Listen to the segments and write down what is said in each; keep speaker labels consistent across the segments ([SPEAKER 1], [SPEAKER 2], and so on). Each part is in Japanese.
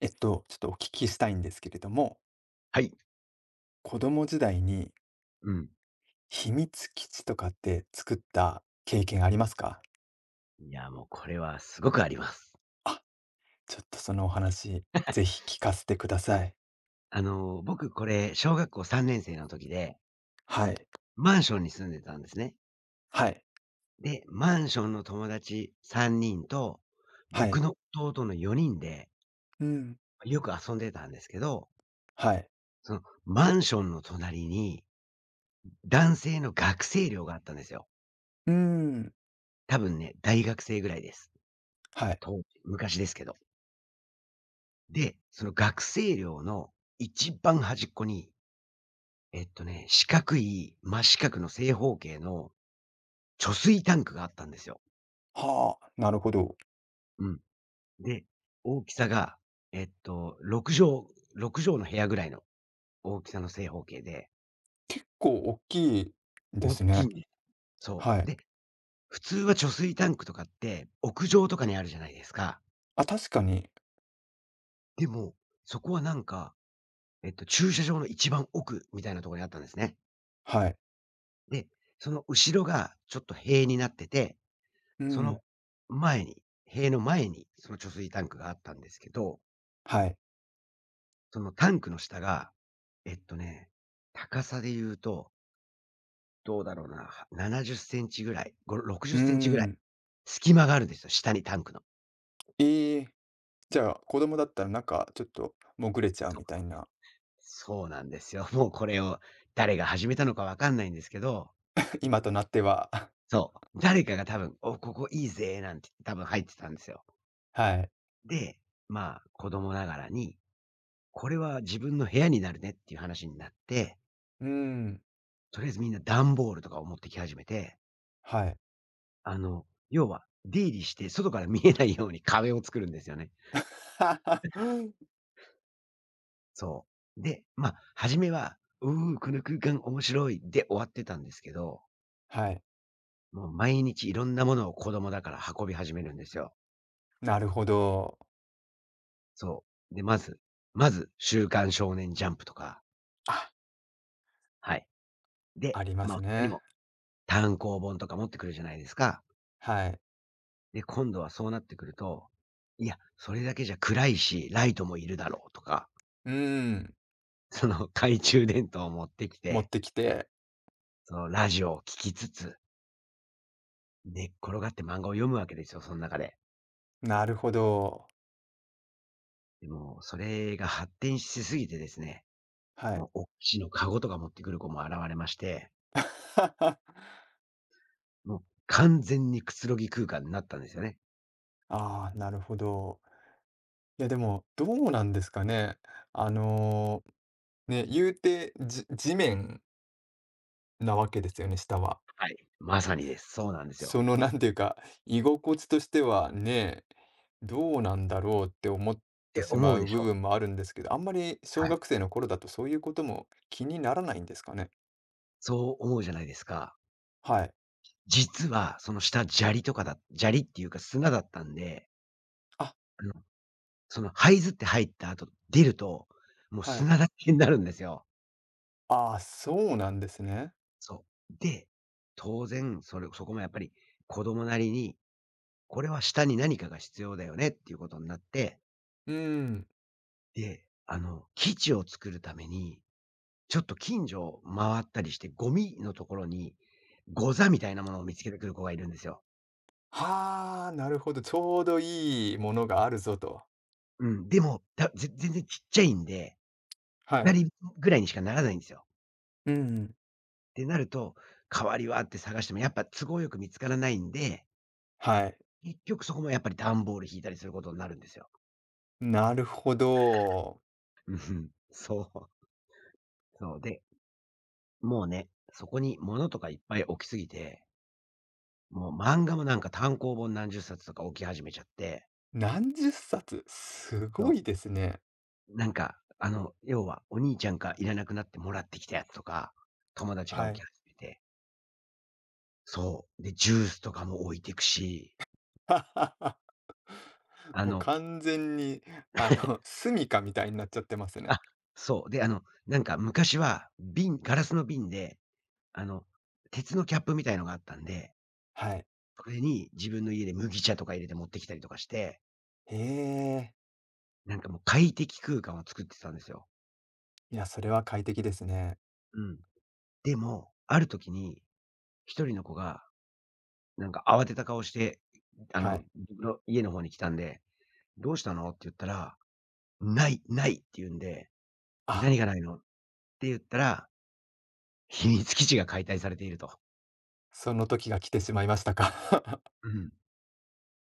[SPEAKER 1] ちょっとお聞きしたいんですけれども、
[SPEAKER 2] はい。
[SPEAKER 1] 子供時代に
[SPEAKER 2] うん。
[SPEAKER 1] 秘密基地とかって作った経験ありますか？
[SPEAKER 2] いや、もうこれはすごくあります。
[SPEAKER 1] あ、ちょっとそのお話、ぜひ聞かせてください。
[SPEAKER 2] 僕これ、小学校3年生の時で、
[SPEAKER 1] はい。
[SPEAKER 2] マンションに住んでたんですね。
[SPEAKER 1] はい。
[SPEAKER 2] で、マンションの友達3人と、
[SPEAKER 1] は
[SPEAKER 2] 僕
[SPEAKER 1] い。
[SPEAKER 2] の弟の4人で、
[SPEAKER 1] うん。
[SPEAKER 2] よく遊んでたんですけど、
[SPEAKER 1] はい。
[SPEAKER 2] その、マンションの隣に、男性の学生寮があったんですよ。
[SPEAKER 1] うーん。
[SPEAKER 2] 多分ね、大学生ぐらいです。
[SPEAKER 1] はい。
[SPEAKER 2] 当時、昔ですけど。で、その学生寮の一番端っこに、四角い、真四角の正方形の貯水タンクがあったんですよ。
[SPEAKER 1] はあ、なるほど。
[SPEAKER 2] うん。で、大きさが、6畳6畳の部屋ぐらいの大きさの正方形で、
[SPEAKER 1] 結構大きいで
[SPEAKER 2] 大
[SPEAKER 1] す
[SPEAKER 2] きい
[SPEAKER 1] ね。
[SPEAKER 2] んです。そ
[SPEAKER 1] は
[SPEAKER 2] う。
[SPEAKER 1] い。
[SPEAKER 2] で、普通は貯水タンクとかって、屋上とかにあるじゃないですか。
[SPEAKER 1] あ、確かに。
[SPEAKER 2] でも、そこはなんか、駐車場の一番奥みたいなところにあったんですね。
[SPEAKER 1] はい。
[SPEAKER 2] で、その後ろがちょっと塀になってて、
[SPEAKER 1] う
[SPEAKER 2] その
[SPEAKER 1] ん。
[SPEAKER 2] 前に塀の前にその貯水タンクがあったんですけど、
[SPEAKER 1] はい。
[SPEAKER 2] そのタンクの下が、えっとね、高さで言うと、どうだろうな、70センチぐらい、60
[SPEAKER 1] う
[SPEAKER 2] セ
[SPEAKER 1] ー
[SPEAKER 2] ンチぐらい、
[SPEAKER 1] ん。
[SPEAKER 2] 隙間があるんですよ、下にタンクの。
[SPEAKER 1] ええ、じゃあ、子供だったらなんかちょっともぐれちゃう
[SPEAKER 2] そう。
[SPEAKER 1] みたいな、
[SPEAKER 2] そうなんですよ。もうこれを誰が始めたのかわかんないんですけど、
[SPEAKER 1] 今となっては。
[SPEAKER 2] そう、誰かが多分、「お、ここいいぜ」なんて多分入ってたんですよ。
[SPEAKER 1] はい。
[SPEAKER 2] で、まあ、子供ながらに、これは自分の部屋になるねっていう話になって、
[SPEAKER 1] うーん、
[SPEAKER 2] とりあえずみんな段ボールとかを持ってき始めて、
[SPEAKER 1] はい。
[SPEAKER 2] 要は、出入りして外から見えないように壁を作るんですよね。そう。で、まあ、初めは、「うう、この空間面白い」で終わってたんですけど、
[SPEAKER 1] はい、
[SPEAKER 2] もう毎日いろんなものを子供だから運び始めるんですよ。
[SPEAKER 1] なるほど。
[SPEAKER 2] そう。で、まず、週刊少年ジャンプとか、
[SPEAKER 1] あ、
[SPEAKER 2] はい。
[SPEAKER 1] あ
[SPEAKER 2] で、
[SPEAKER 1] ります
[SPEAKER 2] 他に
[SPEAKER 1] ね。
[SPEAKER 2] も単行本とか持ってくるじゃないですか。
[SPEAKER 1] はい。
[SPEAKER 2] で、今度はそうなってくると、いや、それだけじゃ暗いし、ライトもいるだろうとか、
[SPEAKER 1] うーん、
[SPEAKER 2] その懐中電灯を持ってき
[SPEAKER 1] 持っ
[SPEAKER 2] て、
[SPEAKER 1] てきて、
[SPEAKER 2] そのラジオを聞きつつ、寝っ転がって漫画を読むわけですよ、その中で。
[SPEAKER 1] なるほど、
[SPEAKER 2] でも、それが発展しすぎてですね、
[SPEAKER 1] はい。
[SPEAKER 2] もうおっきのカゴとか持ってくる子も現れまして、もう完全にくつろぎ空間になったんですよね。
[SPEAKER 1] ああ、なるほど。いや、でも、どうなんですかね。あの、ね、言うて、地面なわけですよね、下は。
[SPEAKER 2] はい。まさにです。そうなんですよ。
[SPEAKER 1] その、なんていうか、居心地としてはね、どうなんだろうって思っ
[SPEAKER 2] っ
[SPEAKER 1] て
[SPEAKER 2] て
[SPEAKER 1] し
[SPEAKER 2] 思
[SPEAKER 1] ま
[SPEAKER 2] う
[SPEAKER 1] う
[SPEAKER 2] でし
[SPEAKER 1] 部
[SPEAKER 2] ょ？
[SPEAKER 1] 分もあるんですけど、あんまり小
[SPEAKER 2] はい。
[SPEAKER 1] 学生の頃だとそういうことも気にならないんですかね？
[SPEAKER 2] そう思うじゃないですか。
[SPEAKER 1] はい。
[SPEAKER 2] 実はその下、砂利っていうか砂だったんで、
[SPEAKER 1] あ、
[SPEAKER 2] あの、その這いずって入った後、出ると、もう
[SPEAKER 1] はい。
[SPEAKER 2] 砂だらけになるんですよ。
[SPEAKER 1] ああ、そうなんですね。
[SPEAKER 2] そう。で、当然、そこもやっぱり子供なりに、これは下に何かが必要だよねっていうことになって、
[SPEAKER 1] うーん。
[SPEAKER 2] で、基地を作るために、ちょっと近所を回ったりして、ゴミのところに、ゴザみたいなものを見つけてくる子がいるんですよ。
[SPEAKER 1] はあ、なるほど、ちょうどいいものがあるぞと。
[SPEAKER 2] うん、でも、全然ちっちゃいんで、
[SPEAKER 1] は
[SPEAKER 2] 2
[SPEAKER 1] い。
[SPEAKER 2] 人ぐらいにしかならないんですよ。
[SPEAKER 1] うん、
[SPEAKER 2] ってなると、代わりはって探してもやっぱ都合よく見つからないんで、
[SPEAKER 1] はい。
[SPEAKER 2] 結局そこもやっぱり段ボール引いたりすることになるんですよ。
[SPEAKER 1] なるほど。
[SPEAKER 2] うん、そう。そう。で、もうね、そこに物とかいっぱい置きすぎて、もう漫画もなんか単行本何十冊とか置き始めちゃって、
[SPEAKER 1] 何十冊、す
[SPEAKER 2] そ
[SPEAKER 1] ごい
[SPEAKER 2] う。
[SPEAKER 1] ですね。
[SPEAKER 2] なんか、要はお兄ちゃんがいらなくなってもらってきたやつとか、友達が
[SPEAKER 1] は
[SPEAKER 2] 置
[SPEAKER 1] い。
[SPEAKER 2] き始めて、そう。で、ジュースとかも置いてくし、あ
[SPEAKER 1] もう
[SPEAKER 2] の、
[SPEAKER 1] 完全に、あの、住処みたいになっちゃってますね。
[SPEAKER 2] あ、そう。で、なんか昔はガラスの瓶で、あの、鉄のキャップみたいのがあったんで、
[SPEAKER 1] はい。
[SPEAKER 2] それに自分の家で麦茶とか入れて持ってきたりとかして、
[SPEAKER 1] へえ。
[SPEAKER 2] なんかもう快適空間を作ってたんですよ。
[SPEAKER 1] いや、それは快適ですね。
[SPEAKER 2] うん。でも、ある時に、一人の子が、なんか慌てた顔して、
[SPEAKER 1] はい。
[SPEAKER 2] 僕の家の方に来たんで、「どうしたの？」って言ったら、「ない、ない」って言うんで、
[SPEAKER 1] あ、
[SPEAKER 2] 「何がないの？」って言ったら、秘密基地が解体されていると。
[SPEAKER 1] その時が来てしまいましたか。
[SPEAKER 2] うん。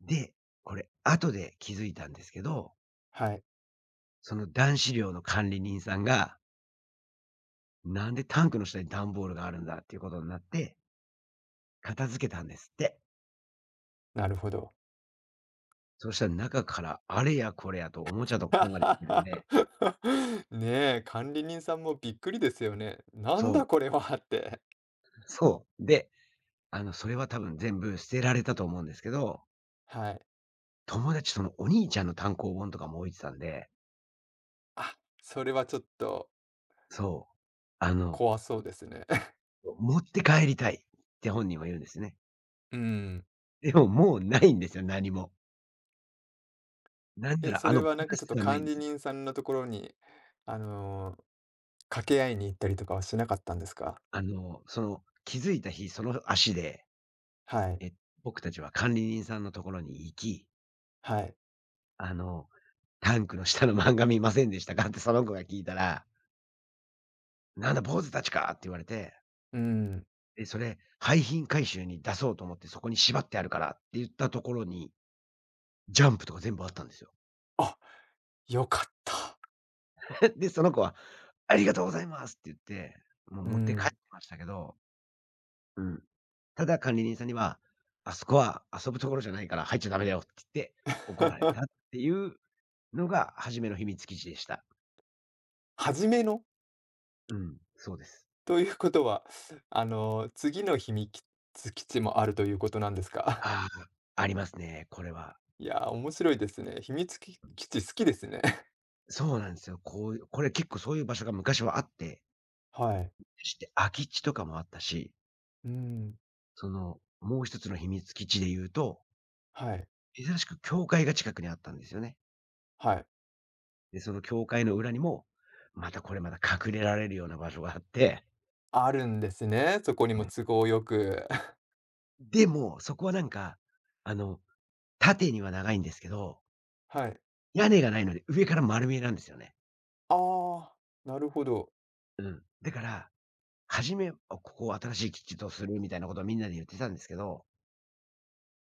[SPEAKER 2] で、これ後で気づいたんですけど、
[SPEAKER 1] はい、
[SPEAKER 2] その男子寮の管理人さんが、「なんでタンクの下に段ボールがあるんだ」っていうことになって、片付けたんですって。
[SPEAKER 1] なるほど。
[SPEAKER 2] そしたら中からあれやこれやとおもちゃと本が出てくるんで、
[SPEAKER 1] ねえ、管理人さんもびっくりですよね。なん
[SPEAKER 2] そ
[SPEAKER 1] だ
[SPEAKER 2] う、
[SPEAKER 1] これはって。
[SPEAKER 2] そう。で、それは多分全部捨てられたと思うんですけど、
[SPEAKER 1] はい。
[SPEAKER 2] 友達、そのお兄ちゃんの単行本とかも置いてたんで、
[SPEAKER 1] あ、それはちょっと
[SPEAKER 2] そう。あの、
[SPEAKER 1] 怖そうですね。
[SPEAKER 2] 持って帰りたいって本人は言うんですね。
[SPEAKER 1] うん。
[SPEAKER 2] でも、もうないんですよ、何も。なんな
[SPEAKER 1] え、
[SPEAKER 2] ら、
[SPEAKER 1] それ
[SPEAKER 2] 子
[SPEAKER 1] はなん
[SPEAKER 2] な
[SPEAKER 1] かちょっ
[SPEAKER 2] す
[SPEAKER 1] と
[SPEAKER 2] らない
[SPEAKER 1] 管
[SPEAKER 2] んで
[SPEAKER 1] 理
[SPEAKER 2] すよ。
[SPEAKER 1] 人さんのところに、あの、掛け合いに行ったりとかはしなかったんですか？
[SPEAKER 2] 気づいた日、その足で、
[SPEAKER 1] はい、
[SPEAKER 2] え、僕たちは管理人さんのところに行き、
[SPEAKER 1] はい。
[SPEAKER 2] あの、タンクの下の漫画見ませんでしたかってその子が聞いたら、なんだ、坊主たちかって言われて、
[SPEAKER 1] うん。
[SPEAKER 2] で、それ、廃品回収に出そうと思ってそこに縛ってあるからって言ったところに、ジャンプとか全部あったんですよ。
[SPEAKER 1] あ、良かった。
[SPEAKER 2] で、その子は、ありがとうございますって言って、もう
[SPEAKER 1] う
[SPEAKER 2] 持って帰って
[SPEAKER 1] ん。
[SPEAKER 2] ましたけど、うん。ただ管理人さんには、あそこは遊ぶところじゃないから入っちゃダメだよって言って怒られ たっていうのが初めの秘密基地でした。
[SPEAKER 1] 初めの
[SPEAKER 2] うん、そうです。
[SPEAKER 1] ということは、あの、次の秘密基地もあるということなんですか？
[SPEAKER 2] ああ、ありますね、これは。
[SPEAKER 1] いやー、面白いですね。秘密基地好きですね。
[SPEAKER 2] そうなんですよ。これ結構そういう場所が昔はあって、
[SPEAKER 1] はい。
[SPEAKER 2] して空き地とかもあったし、
[SPEAKER 1] うん。
[SPEAKER 2] その、もう一つの秘密基地で言うと、
[SPEAKER 1] はい、
[SPEAKER 2] 珍しく教会が近くにあったんですよね。
[SPEAKER 1] はい。
[SPEAKER 2] で、その教会の裏にも、またこれまた隠れられるような場所があって、
[SPEAKER 1] あるんですね、そこにも
[SPEAKER 2] はい。
[SPEAKER 1] 都合よく。
[SPEAKER 2] でも、そこはなんか、あの、縦には長いんですけど、
[SPEAKER 1] はい。
[SPEAKER 2] 屋根がないので上から丸見えなんですよね。
[SPEAKER 1] ああ、なるほど。
[SPEAKER 2] うん。だから、初め、ここを新しい基地とするみたいなことをみんなで言ってたんですけど、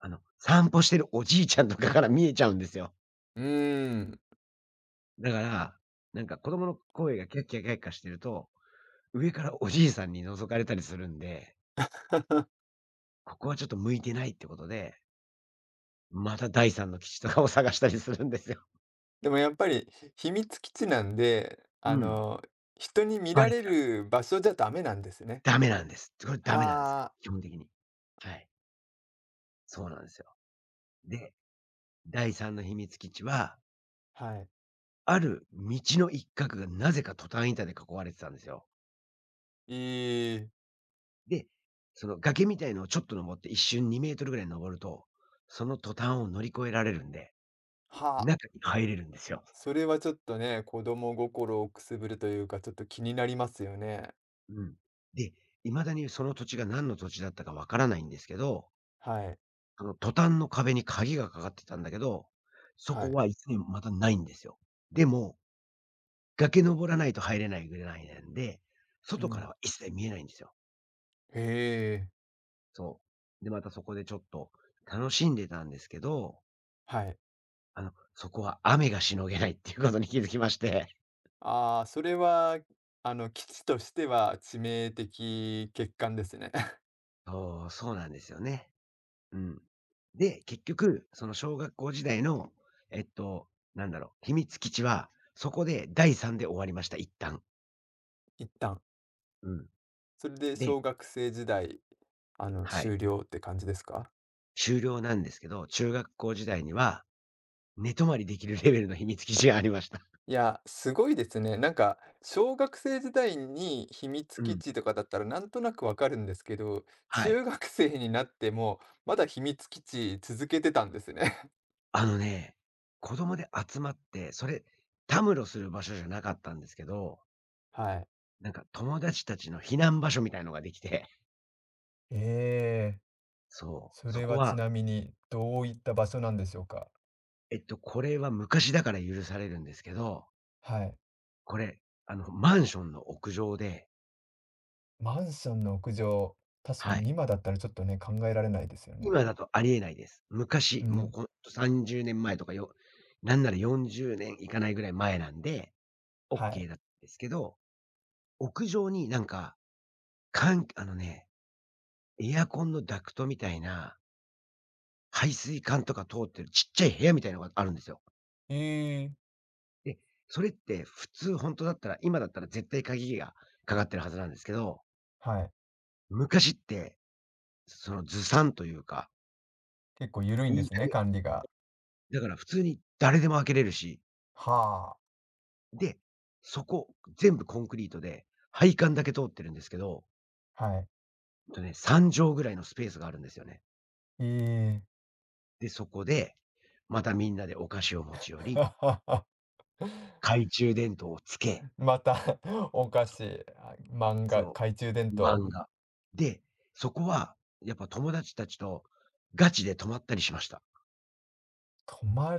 [SPEAKER 2] 散歩してるおじいちゃんとかから見えちゃうんですよ。
[SPEAKER 1] うーん。
[SPEAKER 2] だから、なんか子供の声がキャッキャキャッキャしてると、上からおじいさんに覗かれたりするんで、ここはちょっと向いてないってことで、また第三の基地とかを 探したりするんですよ。
[SPEAKER 1] でもやっぱり秘密基地なんで、あ
[SPEAKER 2] うん。
[SPEAKER 1] の、人に見
[SPEAKER 2] バ
[SPEAKER 1] ら
[SPEAKER 2] レち
[SPEAKER 1] れ
[SPEAKER 2] ゃう。
[SPEAKER 1] る場所じゃダメなんですね。
[SPEAKER 2] ダメなんです。これダメなんです。
[SPEAKER 1] はあ、
[SPEAKER 2] 基本的に。はい。そうなんですよ。で、第三の秘密基地は、
[SPEAKER 1] はい。
[SPEAKER 2] ある道の一角がなぜかトタン板で囲われてたんですよ。
[SPEAKER 1] ええ、
[SPEAKER 2] で、その崖みたいのをちょっと登って一瞬2メートルぐらい登ると、そのトタンを乗り越えられるんで、
[SPEAKER 1] はあ。
[SPEAKER 2] 中に入れるんですよ。
[SPEAKER 1] それはちょっとね、子供心をくすぶるというか、ちょっと気になりますよね。
[SPEAKER 2] うん。で、未だにその土地が何の土地だったかわからないんですけど、
[SPEAKER 1] はい、
[SPEAKER 2] トタンの壁に鍵がかかってたんだけど、そ
[SPEAKER 1] は
[SPEAKER 2] こ
[SPEAKER 1] い。
[SPEAKER 2] は1もまたないんですよ。でも、崖登らないと入れないぐらいなんで、
[SPEAKER 1] う
[SPEAKER 2] 外から
[SPEAKER 1] ん。
[SPEAKER 2] は一切見えないんですよ。
[SPEAKER 1] へえ、
[SPEAKER 2] そう。で、またそこでちょっと楽しんでたんですけど、
[SPEAKER 1] はい。
[SPEAKER 2] そこは雨がしのげないっていうことに気づきまして。
[SPEAKER 1] ああ、それは、あの、基地としては致命的欠陥ですね。
[SPEAKER 2] そう、そうなんですよね。うん。で、結局、その小学校時代の、えっと、なんだろう、秘密基地は、そこで第3で終わりました、一旦。
[SPEAKER 1] 一旦。
[SPEAKER 2] うん。
[SPEAKER 1] それで
[SPEAKER 2] で、
[SPEAKER 1] 小学生時代、あの、
[SPEAKER 2] はい。
[SPEAKER 1] 終了って感じですか？
[SPEAKER 2] 終了なんですけど、中学校時代には、寝泊まりできるレベルの秘密基地がありました。
[SPEAKER 1] いや、すごいですね。なんか、小学生時代に秘密
[SPEAKER 2] う
[SPEAKER 1] 基
[SPEAKER 2] ん。
[SPEAKER 1] 地とかだったらなんとなくわかるんですけど、
[SPEAKER 2] は
[SPEAKER 1] 中
[SPEAKER 2] い。
[SPEAKER 1] 学生になっても、まだ秘密基地続けてたんですね。
[SPEAKER 2] あのね、子供で集まって、それ、たむろする場所じゃなかったんですけど、
[SPEAKER 1] はい。
[SPEAKER 2] なんか友達たちの避難場所みたいのができて、
[SPEAKER 1] ええ、
[SPEAKER 2] そう、
[SPEAKER 1] そ
[SPEAKER 2] そ
[SPEAKER 1] れ
[SPEAKER 2] こ
[SPEAKER 1] はち
[SPEAKER 2] は、
[SPEAKER 1] なみにどういった場所なんでしょうか？
[SPEAKER 2] これは昔だから許されるんですけど
[SPEAKER 1] はい。
[SPEAKER 2] これ、マンションの屋上で、
[SPEAKER 1] マンションの屋上、確か
[SPEAKER 2] は
[SPEAKER 1] に
[SPEAKER 2] い。
[SPEAKER 1] 今だったらちょっとね、考えられないですよね。
[SPEAKER 2] 今だとありえないです。
[SPEAKER 1] う
[SPEAKER 2] 昔、もう
[SPEAKER 1] ん、
[SPEAKER 2] ほんと30年前とか、よなんなら40年いかないぐらい前なんで、オッ
[SPEAKER 1] は
[SPEAKER 2] ケ
[SPEAKER 1] い。
[SPEAKER 2] ーだったんですけど、屋上になんか、あのね、エアコンのダクトみたいな、排水管とか通ってるちっちゃい部屋みたいのがあるんですよ。
[SPEAKER 1] ええ、
[SPEAKER 2] で、それって普通ほんとだったら、今だったら絶対鍵がかかってるはずなんですけど、
[SPEAKER 1] はい。
[SPEAKER 2] 昔って、そのずさんというか、
[SPEAKER 1] 結構緩いんで
[SPEAKER 2] いい
[SPEAKER 1] す
[SPEAKER 2] 加
[SPEAKER 1] ね、管理が。
[SPEAKER 2] だから普通に誰でも開けれるし、
[SPEAKER 1] はあ、
[SPEAKER 2] で、そこ、全部コンクリートで、配管だけ通ってるんですけど、ほ
[SPEAKER 1] はい。
[SPEAKER 2] んとね、3畳ぐらいのスペースがあるんですよね。
[SPEAKER 1] ええ。
[SPEAKER 2] で、そこで、またみんなでお菓子を持ち寄 り、
[SPEAKER 1] ははは
[SPEAKER 2] 懐中電灯をつけ、
[SPEAKER 1] また お菓
[SPEAKER 2] そう、
[SPEAKER 1] 子、あ、漫画、
[SPEAKER 2] そ
[SPEAKER 1] 懐中電
[SPEAKER 2] う、
[SPEAKER 1] 灯、
[SPEAKER 2] 漫画。で、そこは、やっぱ友達たちとガチで泊まったりしました。
[SPEAKER 1] 泊ま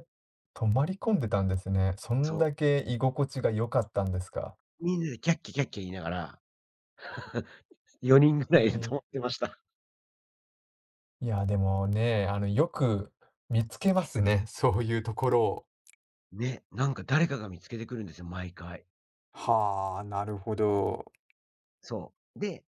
[SPEAKER 1] 泊まり込んでたんですね。そん
[SPEAKER 2] そ
[SPEAKER 1] だけ居心地が良かったんですか。
[SPEAKER 2] う、みんなでキャッキャキャッキャ言いながら、4人ぐ
[SPEAKER 1] え
[SPEAKER 2] らいで泊
[SPEAKER 1] ー
[SPEAKER 2] まってました。
[SPEAKER 1] いや、でもね、あの、よく見つけますね、そういうところを。
[SPEAKER 2] ね、なんか誰かが見つけてくるんですよ、毎回。
[SPEAKER 1] はあ、なるほ
[SPEAKER 2] うん、
[SPEAKER 1] ど。
[SPEAKER 2] そう。で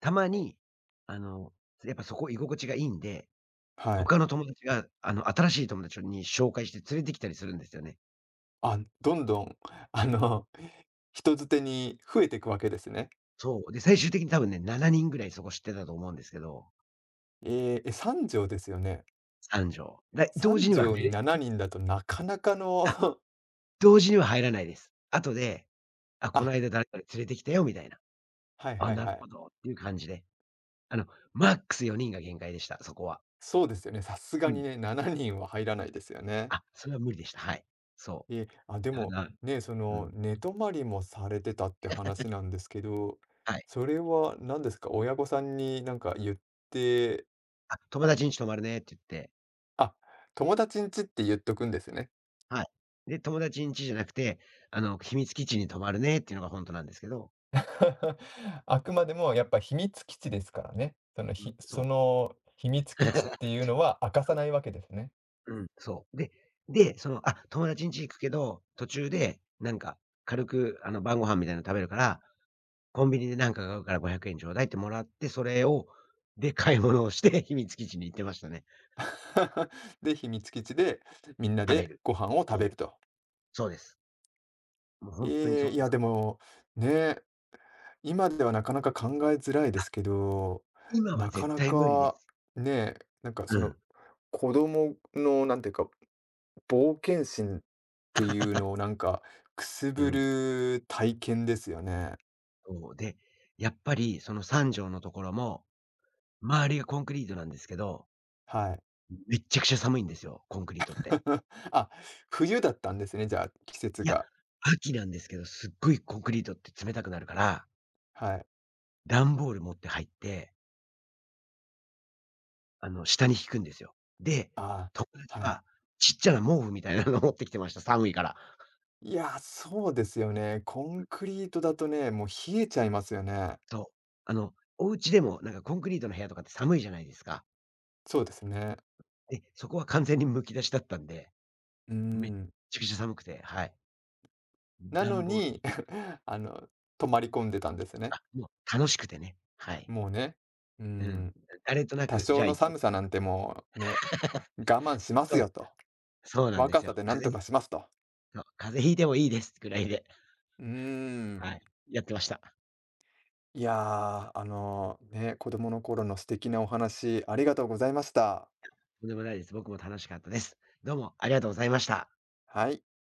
[SPEAKER 2] たまに、あの、やっぱそこ居心地がいいんで、
[SPEAKER 1] はい。
[SPEAKER 2] 他の友達が、新しい友達に紹介して連れてきたりするんですよね。
[SPEAKER 1] あ、どんどん、あの、人づてに増えていくわけですね。
[SPEAKER 2] そう。で、最終的に多分ね、7人ぐらいそこ知ってたと思うんですけど、
[SPEAKER 1] ええ、え、3畳ですよね。
[SPEAKER 2] 3畳。だ同時に
[SPEAKER 1] 三
[SPEAKER 2] は
[SPEAKER 1] 畳
[SPEAKER 2] 入
[SPEAKER 1] に
[SPEAKER 2] れ
[SPEAKER 1] 7人だとなかなかの
[SPEAKER 2] あ、同時には入らないです。後で、あ、この
[SPEAKER 1] あ、
[SPEAKER 2] 間誰々連れてきたよみたいな。
[SPEAKER 1] はい
[SPEAKER 2] あ、
[SPEAKER 1] はい
[SPEAKER 2] な
[SPEAKER 1] は
[SPEAKER 2] る
[SPEAKER 1] い。
[SPEAKER 2] ほどっていう感じで。あの、マックス4人が限界でした、そこは。
[SPEAKER 1] そうですよね。さすが
[SPEAKER 2] う
[SPEAKER 1] に
[SPEAKER 2] ん。
[SPEAKER 1] ね、7人は入らないですよね。
[SPEAKER 2] あ、それは無理でした。はい。そ
[SPEAKER 1] え、あ、で
[SPEAKER 2] う。た
[SPEAKER 1] も、
[SPEAKER 2] だ
[SPEAKER 1] ね、そ
[SPEAKER 2] う
[SPEAKER 1] の、
[SPEAKER 2] ん。
[SPEAKER 1] 寝泊まりもされてたって話なんですけど、
[SPEAKER 2] はい。
[SPEAKER 1] それは何ですか？親御さんになんか言って、
[SPEAKER 2] あ、友達んち泊まるねって言って、
[SPEAKER 1] あ、友達ん家って言っとくんですね。
[SPEAKER 2] はい。で、友達ん家じゃなくて、秘密基地に泊まるねっていうのが本当なんですけど、
[SPEAKER 1] あくまでもやっぱ秘密基地ですからね。その、
[SPEAKER 2] うん、
[SPEAKER 1] ひ
[SPEAKER 2] そ
[SPEAKER 1] そ
[SPEAKER 2] う。
[SPEAKER 1] の秘密基地っ ていうのは明かさないわけですね。
[SPEAKER 2] うん、そう。で、で、その、あ、友達ん家行くけど、途中でなんか軽く、晩ご飯みたいなの食べるから、コンビニでなんか買うから500円ちょうだいってもらって、それをで、買い物をして 秘密基地に行ってましたね。
[SPEAKER 1] で、秘密基地でみんな
[SPEAKER 2] 食べ
[SPEAKER 1] で
[SPEAKER 2] る。
[SPEAKER 1] ご飯を食
[SPEAKER 2] そ
[SPEAKER 1] べる
[SPEAKER 2] う、
[SPEAKER 1] と。
[SPEAKER 2] そうです。もう本当にそ
[SPEAKER 1] ええ、
[SPEAKER 2] ん
[SPEAKER 1] い
[SPEAKER 2] な。
[SPEAKER 1] やでも、ね、今ではなかなか考えづらいですけど、
[SPEAKER 2] 今は
[SPEAKER 1] なか
[SPEAKER 2] 絶
[SPEAKER 1] な
[SPEAKER 2] 対無理で
[SPEAKER 1] か
[SPEAKER 2] す。
[SPEAKER 1] ね、なんか
[SPEAKER 2] う
[SPEAKER 1] そ
[SPEAKER 2] ん、
[SPEAKER 1] の子供のなんていうか、冒険心っていうのをなんかくす
[SPEAKER 2] う
[SPEAKER 1] ぶ
[SPEAKER 2] ん。
[SPEAKER 1] る体験ですよね。
[SPEAKER 2] そう、で、やっぱりその3畳のところも、周りがコンクリートなんですけど
[SPEAKER 1] はい。
[SPEAKER 2] めっちゃくちゃ寒いんですよ、コンクリートって。
[SPEAKER 1] あ、冬だったんですね、じゃあ、季節
[SPEAKER 2] いや、
[SPEAKER 1] が。
[SPEAKER 2] 秋なんですけど、すっごいコンクリートって冷たくなるから、
[SPEAKER 1] はい。
[SPEAKER 2] 段ボール持って入って、下に敷くんですよ。で、
[SPEAKER 1] あ
[SPEAKER 2] 友
[SPEAKER 1] ー
[SPEAKER 2] 達
[SPEAKER 1] はい。
[SPEAKER 2] はちっちゃな毛布みたいなの 持ってきてました、寒いから。
[SPEAKER 1] いやー、そうですよね。コンクリートだとね、もう冷えちゃいますよね。
[SPEAKER 2] そう。お家でもなんかコンクリートの部屋とかって寒いじゃないですか。
[SPEAKER 1] そうですね。
[SPEAKER 2] で、そこは完全にむき出しだったんで、
[SPEAKER 1] う
[SPEAKER 2] めっ
[SPEAKER 1] ん。
[SPEAKER 2] ちゃくちゃ寒くて、はい。
[SPEAKER 1] なの
[SPEAKER 2] 段ボール
[SPEAKER 1] に、
[SPEAKER 2] に
[SPEAKER 1] あの、泊まり込んでたんですね。
[SPEAKER 2] あ、もう楽しくてね、はい。
[SPEAKER 1] もうね、う
[SPEAKER 2] うん。
[SPEAKER 1] ん、
[SPEAKER 2] 誰とな
[SPEAKER 1] 多
[SPEAKER 2] く、じ
[SPEAKER 1] 少
[SPEAKER 2] ゃあ
[SPEAKER 1] の
[SPEAKER 2] 行こ
[SPEAKER 1] 寒
[SPEAKER 2] う。
[SPEAKER 1] さなんてもうね、我慢します
[SPEAKER 2] そう、
[SPEAKER 1] よと。
[SPEAKER 2] そうなんで
[SPEAKER 1] 若
[SPEAKER 2] す
[SPEAKER 1] さ
[SPEAKER 2] よ。
[SPEAKER 1] でなんとかしますと。
[SPEAKER 2] そう、風邪ひいてもいいですぐらいで、
[SPEAKER 1] うーん。
[SPEAKER 2] はい、やってました。
[SPEAKER 1] いやー、あの、ね、子供の頃の素敵なお話ありがとうございました。
[SPEAKER 2] とんでもないです。僕も楽しかったです。どうもありがとうございました。
[SPEAKER 1] はい。